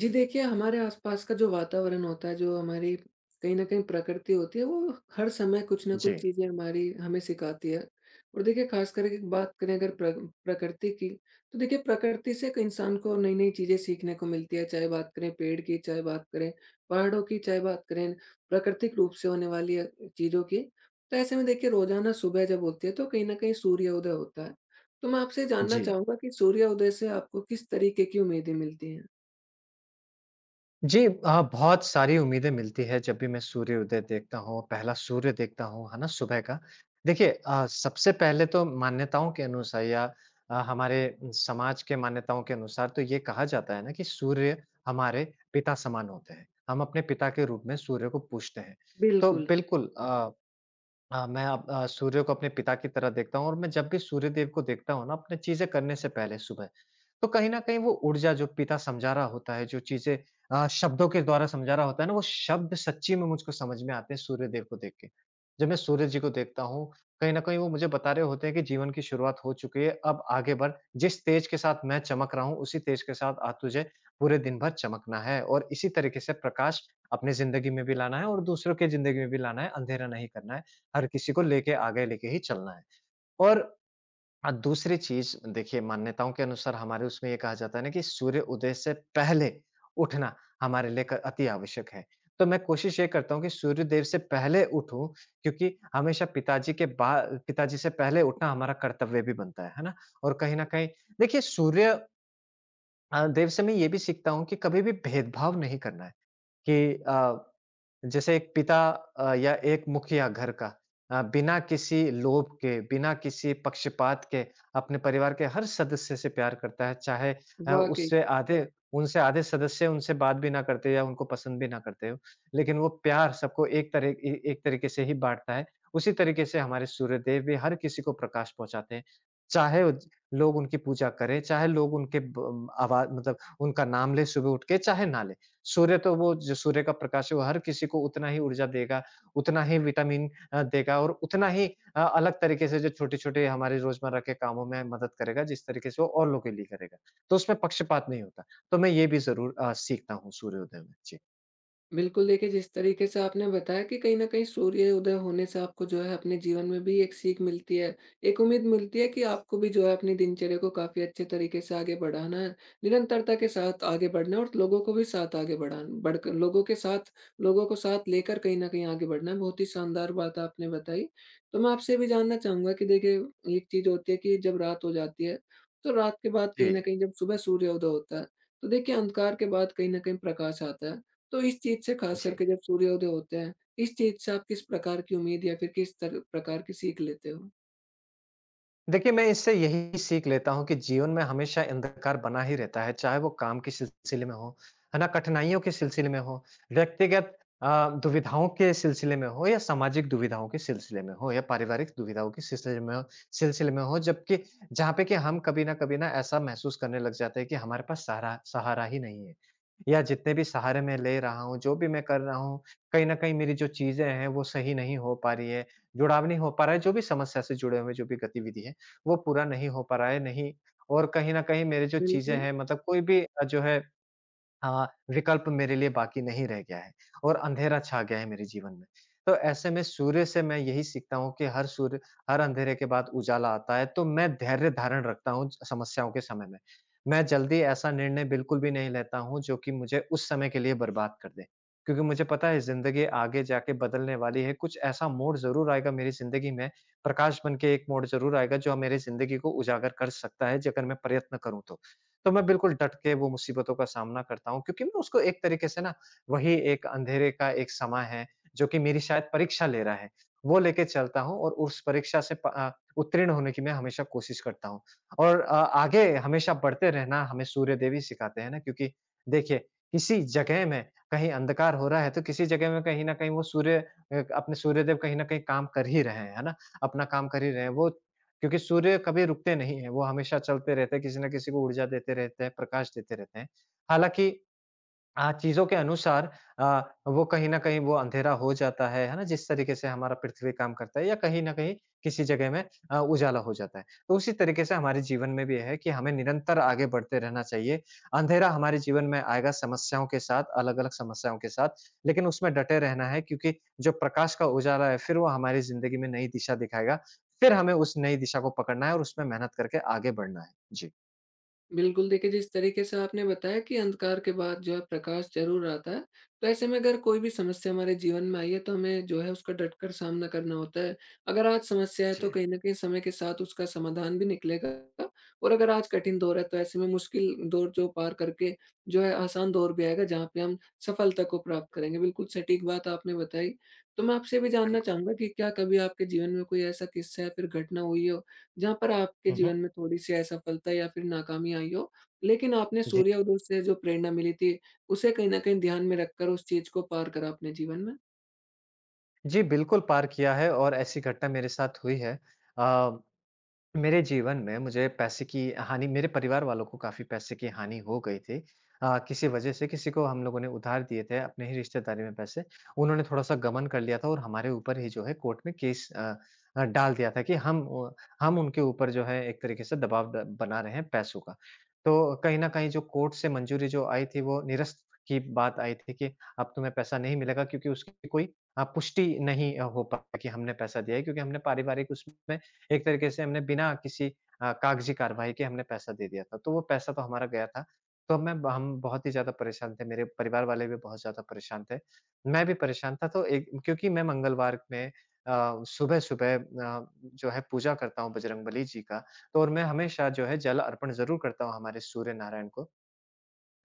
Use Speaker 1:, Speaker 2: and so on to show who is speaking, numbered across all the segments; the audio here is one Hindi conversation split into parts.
Speaker 1: जी देखिए, हमारे आसपास का जो वातावरण होता है, जो हमारी कहीं न कहीं प्रकृति होती है, वो हर समय कुछ न कुछ
Speaker 2: जी,
Speaker 1: चीज़ें हमारी हमें सिखाती है। और देखिए ख़ास करके बात करें अगर प्रकृति की, तो देखिए प्रकृति से एक इंसान को नई-नई चीज़ें सीखने को मिलती है, चाहे बात करें पेड़ की, चाहे बात करें पहाड़ों की, चाहे बात करें प्राकृतिक रूप से होने वाली चीज़ों की। तो ऐसे में देखिए रोज़ाना सुबह जब होती है, तो कहीं न कहीं सूर्योदय होता है। तो मैं आपसे जानना
Speaker 2: जी।
Speaker 1: चाहूँगा कि सूर्योदय से आपको किस तरीके की उम्मीदें मिलती हैं?
Speaker 2: जी, बहुत सारी उम्मीदें मिलती है जब भी मैं सूर्योदय देखता हूँ, पहला सूर्य देखता हूँ, है ना? सुबह का। देखिए सबसे पहले तो मान्यताओं के अनुसार या हमारे समाज के मान्यताओं के अनुसार तो ये कहा जाता है ना कि सूर्य हमारे पिता समान होते हैं। हम अपने पिता के रूप में सूर्य को पूजते हैं। तो
Speaker 1: बिल्कुल।
Speaker 2: बिल्कुल, हाँ, मैं अब सूर्य को अपने पिता की तरह देखता हूँ और मैं जब भी सूर्यदेव को देखता हूँ ना अपने चीज़ें करने से पहले सुबह, तो कहीं न कहीं वो ऊर्जा जो पिता समझा रहा होता है, जो चीज़ें शब्दों के द्वारा समझा रहा होता है ना, वो शब्द सच्ची में मुझको समझ में आते हैं सूर्यदेव को देख के। जब मैं सूर्य जी को देखता हूँ, कहीं न कहीं वो मुझे बता रहे होते हैं कि जीवन की शुरुआत हो चुकी है, अब आगे बढ़, जिस तेज के साथ मैं चमक रहा हूँ, उसी तेज के साथ आज तुझे पूरे दिन भर चमकना है और इसी तरीके से प्रकाश अपनी ज़िंदगी में भी लाना है और दूसरों की ज़िंदगी में भी लाना है, अंधेरा नहीं करना है। हर किसी को लेके आगे लेके ही चलना है। और दूसरी चीज़ देखिए मान्यताओं के अनुसार हमारे उसमें ये कहा जाता है ना कि सूर्य उदय से पहले उठना हमारे लिए क अति आवश्यक है। तो मैं कोशिश ये करता हूँ कि सूर्यदेव से पहले उठूँ क्योंकि हमेशा पिताजी के बा पिताजी से पहले उठना हमारा कर्तव्य भी बनता है ना? और कहीं न कहीं देखिए सूर्य देव से मैं ये भी सीखता हूँ कि कभी भी भेदभाव नहीं करना है कि जैसे एक पिता या एक मुखिया घर का, बिना किसी लोभ के, बिना किसी पक्षपात के अपने परिवार के हर सदस्य से प्यार करता है, चाहे
Speaker 1: वाक़ई।
Speaker 2: उससे आधे उनसे आधे सदस्य उनसे बात भी ना करते या उनको पसंद भी ना करते हों, लेकिन वो प्यार सबको एक तरह ए एक तरीके से ही बाँटता है। उसी तरीके से हमारे सूर्यदेव भी हर किसी को प्रकाश पहुँचाते हैं। चाहे उज लोग उनकी पूजा करें, चाहे लोग उनके ब आवा मतलब उनका नाम लें सुबह उठ के, चाहे ना लें। सूर्य तो वो जो सूर्य का प्रकाश है वो हर किसी को उतना ही ऊर्जा देगा, उतना ही विटामिन देगा और उतना ही अलग तरीके से जो छोटे-छोटे हमारे रोज़मर्रा के कामों में मदद करेगा, जिस तरीके से वो और लोगों के लिए करेगा। तो उसमें पक्षपात नहीं होता। तो मैं ये भी ज़रूर सीखता हूँ सूर्योदय में। जी।
Speaker 1: बिल्कुल, देखिए जिस तरीके से आपने बताया कि कहीं न कहीं सूर्योदय होने से आपको जो है अपने जीवन में भी एक सीख मिलती है, एक उम्मीद मिलती है कि आपको भी जो है अपनी दिनचर्या को काफ़ी अच्छे तरीके से आगे बढ़ाना है, निरंतरता के साथ आगे बढ़ना है और लोगों को भी साथ आगे बढ़ान बढ़कर लोगों को साथ लेकर कहीं न कहीं आगे बढ़ना है। बहुत ही शानदार बात आपने बताई। तो मैं आपसे ये भी जानना चाहूँगा कि देखिए एक चीज़ होती है कि जब रात हो जाती है, तो रात के बाद
Speaker 2: जी।
Speaker 1: कहीं न कहीं जब सुबह सूर्योदय होता है, तो देखिए अंधकार के बाद कहीं न कहीं प्रकाश आता है। तो इस चीज़ से ख़ास
Speaker 2: जी।
Speaker 1: करके जब सूर्योदय होते हैं, इस चीज़ से आप किस प्रकार की उम्मीद या फिर किस तर प्रकार की सीख लेते हो?
Speaker 2: देखिए, मैं इससे यही सीख लेता हूँ कि जीवन में हमेशा अंधकार बना ही रहता है, चाहे वो काम के सिलसिले में हो, है ना? कठिनाइयों के सिलसिले में हो, व्यक्तिगत दुविधाओं के सिलसिले में हो या सामाजिक दुविधाओं के सिलसिले में हो या पारिवारिक दुविधाओं के सिलसिले में हो, जबकि जहाँ पे कि हम कभी न कभी ना ऐसा महसूस करने लग जाते हैं कि हमारे पास सहारा सहारा ही नहीं है या जितने भी सहारे मैं ले रहा हूँ, जो भी मैं कर रहा हूँ, कहीं न कहीं मेरी जो चीज़ें हैं, वो सही नहीं हो पा रही है, जुड़ाव नहीं हो पा रहा है, जो भी समस्या से जुड़े हुए जो भी गतिविधि है। वो पूरा नहीं हो पा रहा है, नहीं, और कहीं न कहीं मेरी जो चीज़ें
Speaker 1: बिल्कुल।
Speaker 2: हैं, मतलब कोई भी जो है, हाँ, विकल्प मेरे लिए बाकी नहीं रह गया है और अंधेरा छा गया है मेरे जीवन में। तो ऐसे में सूर्य से मैं यही सीखता हूँ कि हर अंधेरे के बाद उजाला आता है, तो मैं धैर्य धारण रखता हूँ समस्याओं के समय में। मैं जल्दी ऐसा निर्णय बिल्कुल भी नहीं लेता हूँ जो कि मुझे उस समय के लिए बर्बाद कर दे। क्योंकि मुझे पता है ज़िंदगी आगे जाके बदलने वाली है, कुछ ऐसा मोड़ ज़रूर आएगा मेरी ज़िंदगी में, प्रकाश बन के एक मोड़ ज़रूर आएगा जो मेरी ज़िंदगी को उजागर कर सकता है ज अगर मैं प्रयत्न करूँ तो। तो मैं बिल्कुल डट के वो मुसीबतों का सामना करता हूँ क्योंकि मैं उसको एक तरीके से ना वही एक अंधेरे का एक समय है जो कि मेरी शायद परीक्षा ले रहा है वो लेके चलता हूँ और उस परीक्षा से उत्तीर्ण होने की मैं हमेशा कोशिश करता हूँ और आगे हमेशा बढ़ते रहना हमें सूर्य देवी सिखाते हैं ना क्योंकि देखिए किसी जगह में कहीं अंधकार हो रहा है तो किसी जगह में कहीं ना कहीं वो सूर्य, अपने सूर्यदेव कहीं ना कहीं काम कर ही रहे हैं, है ना? अपना काम कर ही रहे हैं वो क्योंकि सूर्य कभी रुकते नहीं हैं, वो हमेशा चलते रहते हैं, किसी न किसी को ऊर्जा देते रहते हैं, प्रकाश देते रहते हैं। हालाँकि चीज़ों के अनुसार अ, वो कहीं न कहीं वो अँधेरा हो जाता है ना? जिस तरीके से हमारा पृथ्वी काम करता है या कहीं न कहीं किसी जगह में उजाला हो जाता है। तो उसी तरीके से हमारे जीवन में भी है कि हमें निरंतर आगे बढ़ते रहना चाहिए। अँधेरा हमारे जीवन में आएगा समस्याओं के साथ, अलग-अलग समस्याओं के साथ, लेकिन उसमें डटे रहना है क्योंकि जो प्रकाश का उजाला है फिर वो हमारी ज़िंदगी में नई दिशा दिखाएगा। फिर हमें उस नई दिशा को पकड़ना है और उसमें मेहनत करके आगे बढ़ना है। जी।
Speaker 1: बिल्कुल, देखिए जिस तरीके से आपने बताया कि अंधकार के बाद जो है प्रकाश ज़रूर आता है, तो ऐसे में अगर कोई भी समस्या हमारे जीवन में आई है, तो हमें जो है उसका डटकर सामना करना होता है। अगर आज समस्या है, तो
Speaker 2: जी,
Speaker 1: कहीं न कहीं समय के साथ उसका समाधान भी निकलेगा, और अगर आज कठिन दौर है तो ऐसे में मुश्किल दौर जो पार करके जो है आसान दौर भी आएगा जहाँ पे हम सफलता को प्राप्त करेंगे। बिल्कुल सटीक बात आपने बताई। तो मैं आपसे भी जानना
Speaker 2: बिल्कुल।
Speaker 1: चाहूँगा कि क्या कभी आपके जीवन में कोई ऐसा किस्सा या फिर घटना हुई हो जहाँ पर आपके
Speaker 2: हुँ,
Speaker 1: जीवन
Speaker 2: हुँ।
Speaker 1: में थोड़ी-सी असफलता या फिर नाकामी आई हो, लेकिन आपने
Speaker 2: जी।
Speaker 1: सूर्योदय से जो प्रेरणा मिली थी, उसे कहीं न कहीं ध्यान में रखकर उस चीज़ को पार करा अपने जीवन में?
Speaker 2: जी, बिल्कुल पार किया है और ऐसी घटना मेरे साथ हुई है। अ, मेरे जीवन में मुझे पैसे की हानि, मेरे परिवार वालों को काफ़ी पैसे की हानि हो गई थी। किसी वजह से किसी को हम लोगों ने उधार दिए थे अपने ही रिश्तेदारी में पैसे। उन्होंने थोड़ा-सा गबन कर लिया था और हमारे ऊपर ही जो है कोर्ट में केस डाल दिया था कि हम उनके ऊपर जो है एक तरीके से दबाव ड बना रहे हैं पैसों का। तो कहीं न कहीं जो कोर्ट से मंजूरी जो आई थी वो निरस्त की बात आई थी कि अब तुम्हें पैसा नहीं मिलेगा क्योंकि उसकी कोई पुष्टि नहीं हो पाई कि हमने पैसा दिया है क्योंकि हमने पारिवारिक उसमें एक तरीके से हमने बिना किसी कागज़ी कार्यवाही के हमने पैसा दे दिया था। तो वो पैसा तो हमारा गया था। तो मैं हम बहुत ही ज़्यादा परेशान थे, मेरे परिवार वाले भी बहुत ज़्यादा परेशान थे। मैं भी परेशान था तो एक क्योंकि मैं मंगलवार में सुबह-सुबह जो है पूजा करता हूँ बजरंगबली जी का, तो और मैं हमेशा जो है जल अर्पण ज़रूर करता हूँ हमारे सूर्य नारायण को।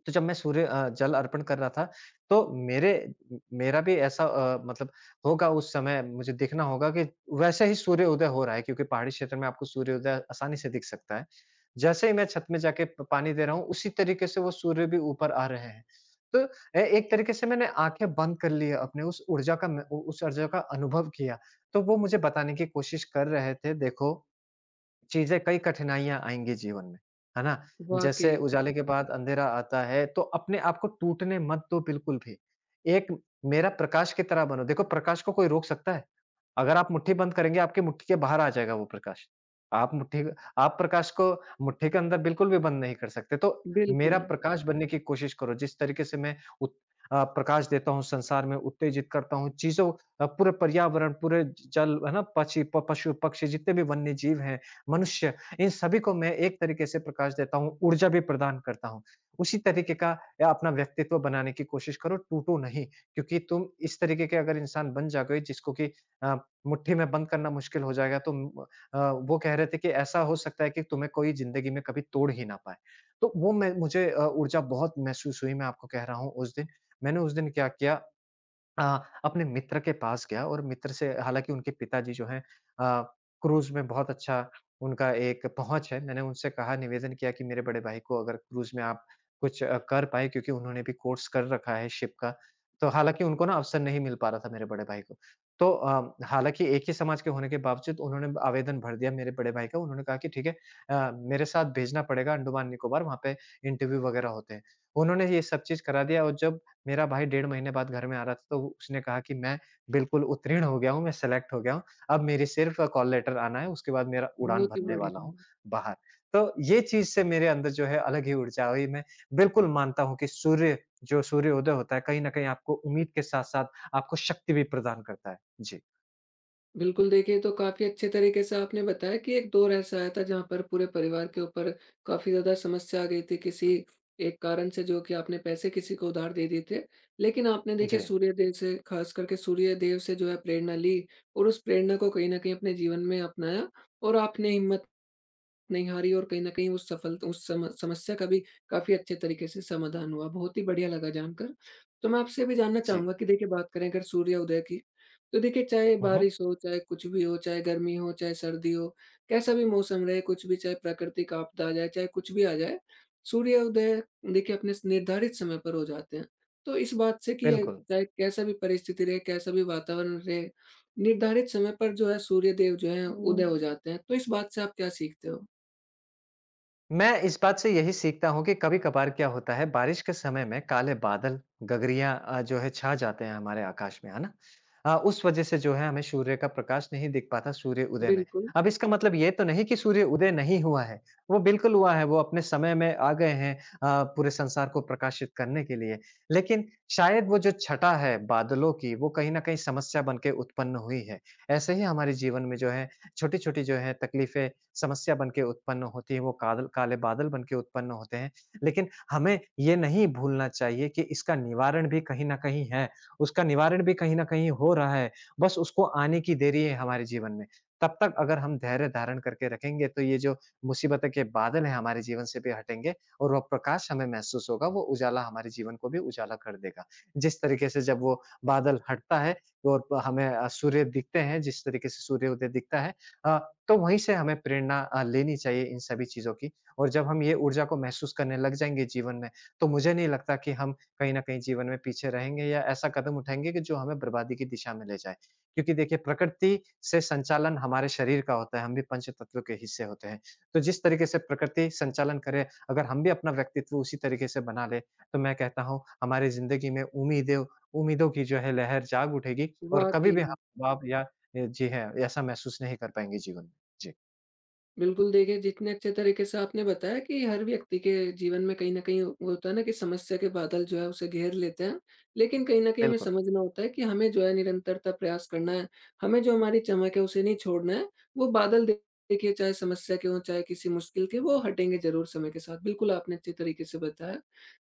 Speaker 2: तो जब मैं सूर्य, जल अर्पण कर रहा था, तो मेरे म मेरा भी ऐसा मतलब होगा उस समय मुझे देखना होगा कि वैसे ही सूर्योदय हो रहा है क्योंकि पहाड़ी क्षेत्र में आपको सूर्योदय आसानी से दिख सकता है। जैसे ही मैं छत में जाके प पानी दे रहा हूँ, उसी तरीके से वो सूर्य भी ऊपर आ रहे हैं। तो ए एक तरीके से मैंने आँखें बंद कर ली है, अपने उस ऊर्जा का मैं उ उस ऊर्जा का अनुभव किया। तो वो मुझे बताने की कोशिश कर रहे थे, देखो चीज़ें, कई कठिनाइयाँ आएँगी जीवन में, है ना? जैसे
Speaker 1: वाक़ई।
Speaker 2: उजाले के बाद अंधेरा आता है, तो अपने आप को टूटने मत दो बिल्कुल भी। एक मेरा प्रकाश की तरह बनो, देखो प्रकाश को कोई रोक सकता है? अगर आप मुट्ठी बंद करेंगे, आपकी मुट्ठी के बाहर आ जाएगा वो प्रकाश। आप मुट्ठी आप प्रकाश को मुट्ठी के अंदर बिल्कुल भी बंद नहीं कर सकते। तो मेरा
Speaker 1: बिल्कुल।
Speaker 2: प्रकाश बनने की कोशिश करो, जिस तरीके से मैं उत प्रकाश देता हूँ संसार में, उत्तेजित करता हूँ चीज़ों, पूरे पर्यावरण, पूरे ज जल, है ना? पची प पशु-पक्षी जितने भी वन्य जीव हैं, मनुष्य, इन सभी को मैं एक तरीके से प्रकाश देता हूँ, ऊर्जा भी प्रदान करता हूँ। उसी तरीके का या अपना व्यक्तित्व बनाने की कोशिश करो, टूटो नहीं, क्योंकि तुम इस तरीके के अगर इंसान बन जाओगे जिसको कि अ, मुट्ठी में बंद करना मुश्किल हो जाएगा। वो कह रहे थे कि ऐसा हो सकता है कि तुम्हें कोई ज़िंदगी में कभी तोड़ ही ना पाए। तो वो मैं मुझे ऊर्जा बहुत महसूस हुई, मैं आपको कह रहा हूँ उस दिन। मैंने उस दिन क्या किया? अपने मित्र के पास गया और मित्र से, हालाँकि उनके पिताजी जो हैं, अ, क्रूज़ में बहुत अच्छा उनका एक पहुँच है। मैंने उनसे कहा, निवेदन किया कि मेरे बड़े भाई को अगर क्रूज़ में आप कुछ कर पाएँ, क्योंकि उन्होंने भी कोर्स कर रखा है शिप का। तो हालाँकि उनको ना अवसर नहीं मिल पा रहा था मेरे बड़े भाई को। तो हालाँकि एक ही समाज के होने के बावजूद उन्होंने आवेदन भर दिया मेरे बड़े भाई का। उन्होंने कहा कि ठीक है, मेरे साथ भेजना पड़ेगा अंडमान निकोबार, वहाँ पे इंटरव्यू वग़ैरह होते हैं। उन्होंने ये सब चीज़ करा दिया और जब मेरा भाई डेढ़ महीने बाद घर में आ रहा था, तो उसने कहा कि मैं बिल्कुल उत्तीर्ण हो गया हूँ, मैं सेलेक्ट हो गया हूँ। अब मेरी सिर्फ़ कॉल लेटर आना है, उसके बाद मेरा उड़ान
Speaker 1: बहुत ही
Speaker 2: भरने वाला
Speaker 1: बढ़िया।
Speaker 2: हूँ बाहर। तो ये चीज़ से मेरे अंदर जो है अलग ही ऊर्जा आई। मैं बिल्कुल मानता हूँ कि सूर्य जो सूर्योदय होता है, कहीं न कहीं आपको उम्मीद के साथ-साथ आपको शक्ति भी प्रदान करता है। जी,
Speaker 1: बिल्कुल, देखिए, ये तो काफ़ी अच्छे तरीके से आपने बताया कि एक दौर ऐसा आया था जहाँ पर पूरे परिवार के ऊपर काफ़ी ज़्यादा समस्या आ गई थी किसी एक कारण से, जो कि आपने पैसे किसी को उधार दे दिए थे। लेकिन आपने देखिए
Speaker 2: जी,
Speaker 1: सूर्यदेव से, ख़ास करके सूर्यदेव से जो है प्रेरणा ली और उस प्रेरणा को कहीं न कहीं अपने जीवन में अपनाया और आपने हिम्मत नहीं हारी और कहीं न कहीं उस सफल उस सम समस्या का भी काफ़ी अच्छे तरीके से समाधान हुआ। बहुत ही बढ़िया लगा जानकर। तो मैं आपसे ये भी जानना
Speaker 2: जी।
Speaker 1: चाहूँगा कि देखिए बात करें अगर सूर्योदय की, तो देखिए चाहे
Speaker 2: हुँ, हुँ।
Speaker 1: बारिश हो, चाहे कुछ भी हो, चाहे गर्मी हो, चाहे सर्दी हो, कैसा भी मौसम रहे, कुछ भी चाहे प्राकृतिक आपदा आ जाए, चाहे कुछ भी आ जाए, सूर्योदय देखिए अपने निर्धारित समय पर हो जाते हैं। तो इस बात से कि
Speaker 2: बिल्कुल।
Speaker 1: चाहे कैसा भी परिस्थिति रहे, कैसा भी वातावरण रहे, निर्धारित समय पर जो है सूर्यदेव जो हैं उदय हुँ। हो जाते हैं। तो इस बात से आप क्या सीखते हो?
Speaker 2: मैं इस बात से यही सीखता हूँ कि कभी-कभार क्या होता है, बारिश के समय में काले बादल, गगरियाँ जो है छा जाते हैं हमारे आकाश में, है ना? उस वज़ह से जो है हमें सूर्य का प्रकाश नहीं दिख पाता सूर्य उदय में।
Speaker 1: बिल्कुल।
Speaker 2: अब इसका मतलब ये तो नहीं कि सूर्य उदय नहीं हुआ है, वो बिल्कुल हुआ है, वो अपने समय में आ गए हैं पूरे संसार को प्रकाशित करने के लिए। लेकिन शायद वो जो छटा है बादलों की, वो कहीं न कहीं समस्या बन के उत्पन्न हुई है। ऐसे ही हमारे जीवन में जो है छोटी-छोटी जो है तकलीफ़ें समस्या बन के उत्पन्न होती है, वो कादल काले बादल बन के उत्पन्न होते हैं। लेकिन हमें ये नहीं भूलना चाहिए कि इसका निवारण भी कहीं न कहीं है, उसका निवारण भी कहीं न कहीं हो रहा है, बस उसको आने की देरी है हमारे जीवन में। तब तक अगर हम धैर्य धारण करके रखेंगे, तो ये जो मुसीबतों के बादल हैं हमारे जीवन से भी हटेंगे और वह प्रकाश हमें महसूस होगा, वो उजाला हमारे जीवन को भी उजाला कर देगा। जिस तरीके से जब वो बादल हटता है और हमें सूर्य दिखते हैं, जिस तरीके से सूर्योदय दिखता है, अ, तो वहीं से हमें प्रेरणा लेनी चाहिए इन सभी चीज़ों की। और जब हम ये ऊर्जा को महसूस करने लग जाएँगे जीवन में, तो मुझे नहीं लगता कि हम कहीं न कहीं जीवन में पीछे रहेंगे या ऐसा कदम उठाएँगे कि जो हमें बर्बादी की दिशा में ले जाए। क्योंकि देखिए प्रकृति से संचालन हमारे शरीर का होता है, हम भी पंच तत्व के हिस्से होते हैं। तो जिस तरीके से प्रकृति संचालन करे, अगर हम भी अपना व्यक्तित्व उसी तरीके से बना लें, तो मैं कहता हूँ हमारी ज़िंदगी में उम्मीदें उम्मीदों की जो है लहर जाग उठेगी और कभी भी
Speaker 1: वाक़ई।
Speaker 2: हम दबाव या जी, हैं, ऐसा महसूस नहीं कर पाएँगे जीवन में। जी,
Speaker 1: बिल्कुल, देखिए जितने अच्छे तरीके से आपने बताया कि हर व्यक्ति के जीवन में कहीं न कहीं वो होता है ना, कि समस्या के बादल जो है उसे घेर लेते हैं। लेकिन कहीं न कहीं हमें
Speaker 2: बिल्कुल।
Speaker 1: समझना होता है कि हमें जो है निरंतरता प्रयास करना है, हमें जो हमारी चमक है उसे नहीं छोड़ना है। वो बादल दे- देखिए चाहे समस्या के हों, चाहे किसी मुश्किल के, वो हटेंगे ज़रूर समय के साथ। बिल्कुल आपने अच्छे तरीके से बताया।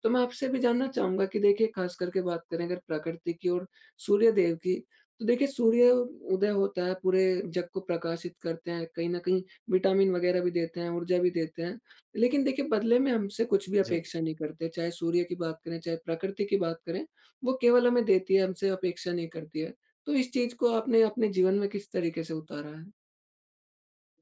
Speaker 1: तो मैं आपसे भी जानना चाहूँगा कि देखिए ख़ास करके बात करें अगर प्रकृति की और सूर्यदेव की, तो देखिए सूर्य उदय होता है, पूरे जग को प्रकाशित करते हैं। कहीं न कहीं विटामिन वगैरह भी देते हैं, ऊर्जा भी देते हैं। लेकिन देखिए बदले में हमसे कुछ भी
Speaker 2: जी।
Speaker 1: अपेक्षा नहीं करते, चाहे सूर्य की बात करें, चाहे प्रकृति की बात करें, वो केवल हमें देती है, हमसे अपेक्षा नहीं करती है। तो इस चीज़ को आपने अपने जीवन में किस तरीके से उतारा है?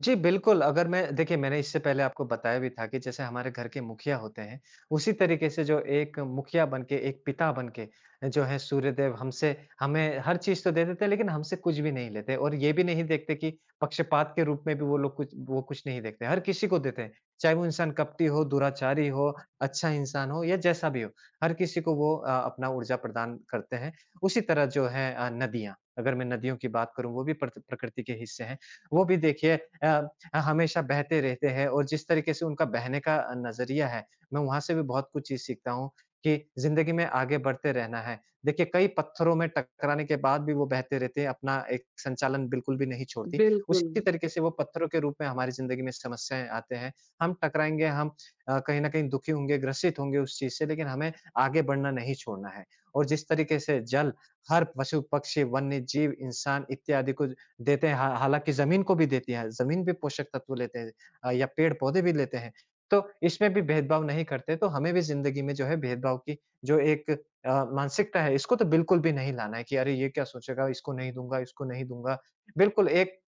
Speaker 2: जी, बिल्कुल, अगर मैं देखिए मैंने इससे पहले आपको बताया भी था कि जैसे हमारे घर के मुखिया होते हैं, उसी तरीके से जो एक मुखिया बन के, एक पिता बन के जो है सूर्यदेव हमसे हमें हर चीज़ तो दे देते हैं, लेकिन हमसे कुछ भी नहीं लेते और ये भी नहीं देखते कि पक्षपात के रूप में भी वो लोग कुछ, वो कुछ नहीं देखते, हर किसी को देते हैं। चाहे वो इंसान कपटी हो, दुराचारी हो, अच्छा इंसान हो या जैसा भी हो, हर किसी को वो अपना ऊर्जा प्रदान करते हैं। उसी तरह जो है नदियाँ, अगर मैं नदियों की बात करूँ, वो भी प्रत प्रकृति के हिस्से हैं। वो भी देखिए अ, हमेशा बहते रहते हैं और जिस तरीके से उनका बहने का नज़रिया है, मैं वहाँ से भी बहुत कुछ चीज़ सीखता हूँ कि ज़िंदगी में आगे बढ़ते रहना है। देखिए कई पत्थरों में टकराने के बाद भी वो बहते रहते हैं, अपना एक संचालन बिल्कुल भी नहीं छोड़ती।
Speaker 1: बिल्कुल।
Speaker 2: उसी तरीके से वो पत्थरों के रूप में हमारी ज़िंदगी में समस्याएँ आते हैं। हम टकराएँगे, हम कहीं न कहीं दुखी होंगे, ग्रसित होंगे उस चीज़ से, लेकिन हमें आगे बढ़ना नहीं छोड़ना है। और जिस तरीके से जल हर पशु, पक्षी, वन्य जीव, इंसान इत्यादि को देते हैं, हा हालाँकि ज़मीन को भी देती है, ज़मीन भी पोषक तत्व लेते हैं या पेड़-पौधे भी लेते हैं। तो इसमें भी भेदभाव नहीं करते, तो हमें भी ज़िंदगी में जो है भेदभाव की जो एक मानसिकता है, इसको तो बिल्कुल भी नहीं लाना है कि अरे! ये क्या सोचेगा, इसको नहीं दूँगा, इसको नहीं दूँगा। बिल्कुल एक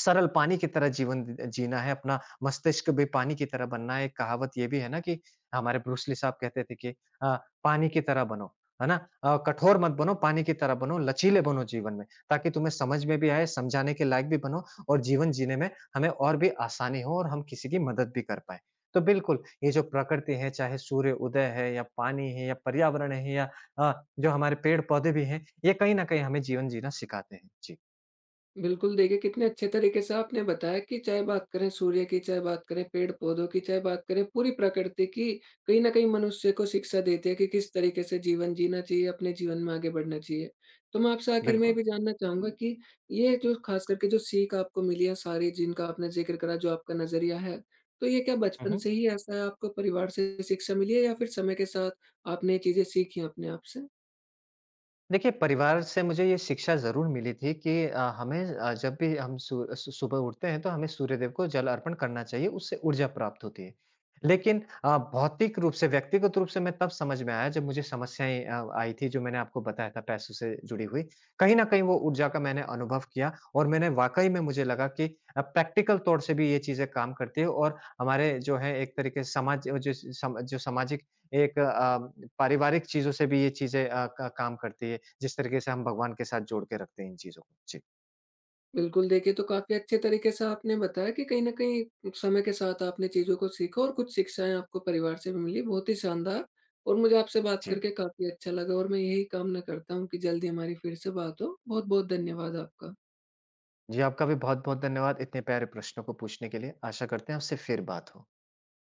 Speaker 2: सरल पानी की तरह जीवन जीना है, अपना मस्तिष्क भी पानी की तरह बनना है। एक कहावत ये भी है ना कि हमारे ब्रूस ली साहब कहते थे कि अ, पानी की तरह बनो, है ना? कठोर मत बनो, पानी की तरह बनो, लचीले बनो जीवन में, ताकि तुम्हें समझ में भी आए, समझाने के लायक भी बनो और जीवन जीने में हमें और भी आसानी हो और हम किसी की मदद भी कर पाएँ। तो बिल्कुल, ये जो प्रकृति है, चाहे सूर्य उदय है या पानी है या पर्यावरण है या अ, जो हमारे पेड़-पौधे भी हैं, ये कहीं न कहीं हमें जीवन जीना सिखाते हैं। जी,
Speaker 1: बिल्कुल, देखिए कितने अच्छे तरीके से आपने बताया कि चाहे बात करें सूर्य की, चाहे बात करें पेड़-पौधों की, चाहे बात करें पूरी प्रकृति की, कहीं न कहीं मनुष्य को शिक्षा देती है कि किस तरीके से जीवन जीना चाहिए, अपने जीवन में आगे बढ़ना चाहिए। तो मैं आपसे आखिर में ये
Speaker 2: बिल्कुल।
Speaker 1: भी जानना चाहूँगा कि ये जो खास करके जो सीख आपको मिली है सारी जिनका आपने ज़िक्र करा, जो आपका नज़रिया है, तो ये क्या
Speaker 2: हुँ,
Speaker 1: बचपन
Speaker 2: हुँ।
Speaker 1: से ही ऐसा है, आपको परिवार से शिक्षा मिली है या फिर समय के साथ आपने ये चीज़ें सीखी अपने आप से?
Speaker 2: देखिए, परिवार से मुझे ये शिक्षा ज़रूर मिली थी कि हमें जब भी हम सु सु सुबह उठते हैं, तो हमें सूर्यदेव को जल अर्पण करना चाहिए, उससे ऊर्जा प्राप्त होती है। लेकिन भौतिक रूप से, व्यक्तिगत रूप से मैं तब समझ में आया, जब मुझे समस्याएँ आई थी, जो मैंने आपको बताया था पैसों से जुड़ी हुई। कहीं न कहीं वो ऊर्जा का मैंने अनुभव किया और मैंने वाक़ई में मुझे लगा कि प्रैक्टिकल तौर से भी ये चीज़ें काम करती हैं और हमारे जो है एक तरीके से समाज जो सम जो सामाजिक एक पारिवारिक चीज़ों से भी ये चीज़ें अ, क काम करती है, जिस तरीके से हम भगवान के साथ जोड़ के रखते हैं इन चीज़ों को। जी,
Speaker 1: बिल्कुल, देखिए, तो काफ़ी अच्छे तरीके से आपने बताया कि कहीं न कहीं समय के साथ आपने चीज़ों को सीखा और कुछ शिक्षाएँ आपको परिवार से भी मिली। बहुत ही शानदार, और मुझे आपसे बात
Speaker 2: जी।
Speaker 1: करके काफ़ी अच्छा लगा और मैं यही कामना करता हूँ कि जल्दी हमारी फिर से बात हो। बहुत-बहुत धन्यवाद आपका।
Speaker 2: जी, आपका भी बहुत-बहुत धन्यवाद इतने प्यारे प्रश्नों को पूछने के लिए। आशा करते हैं आपसे फिर बात हो।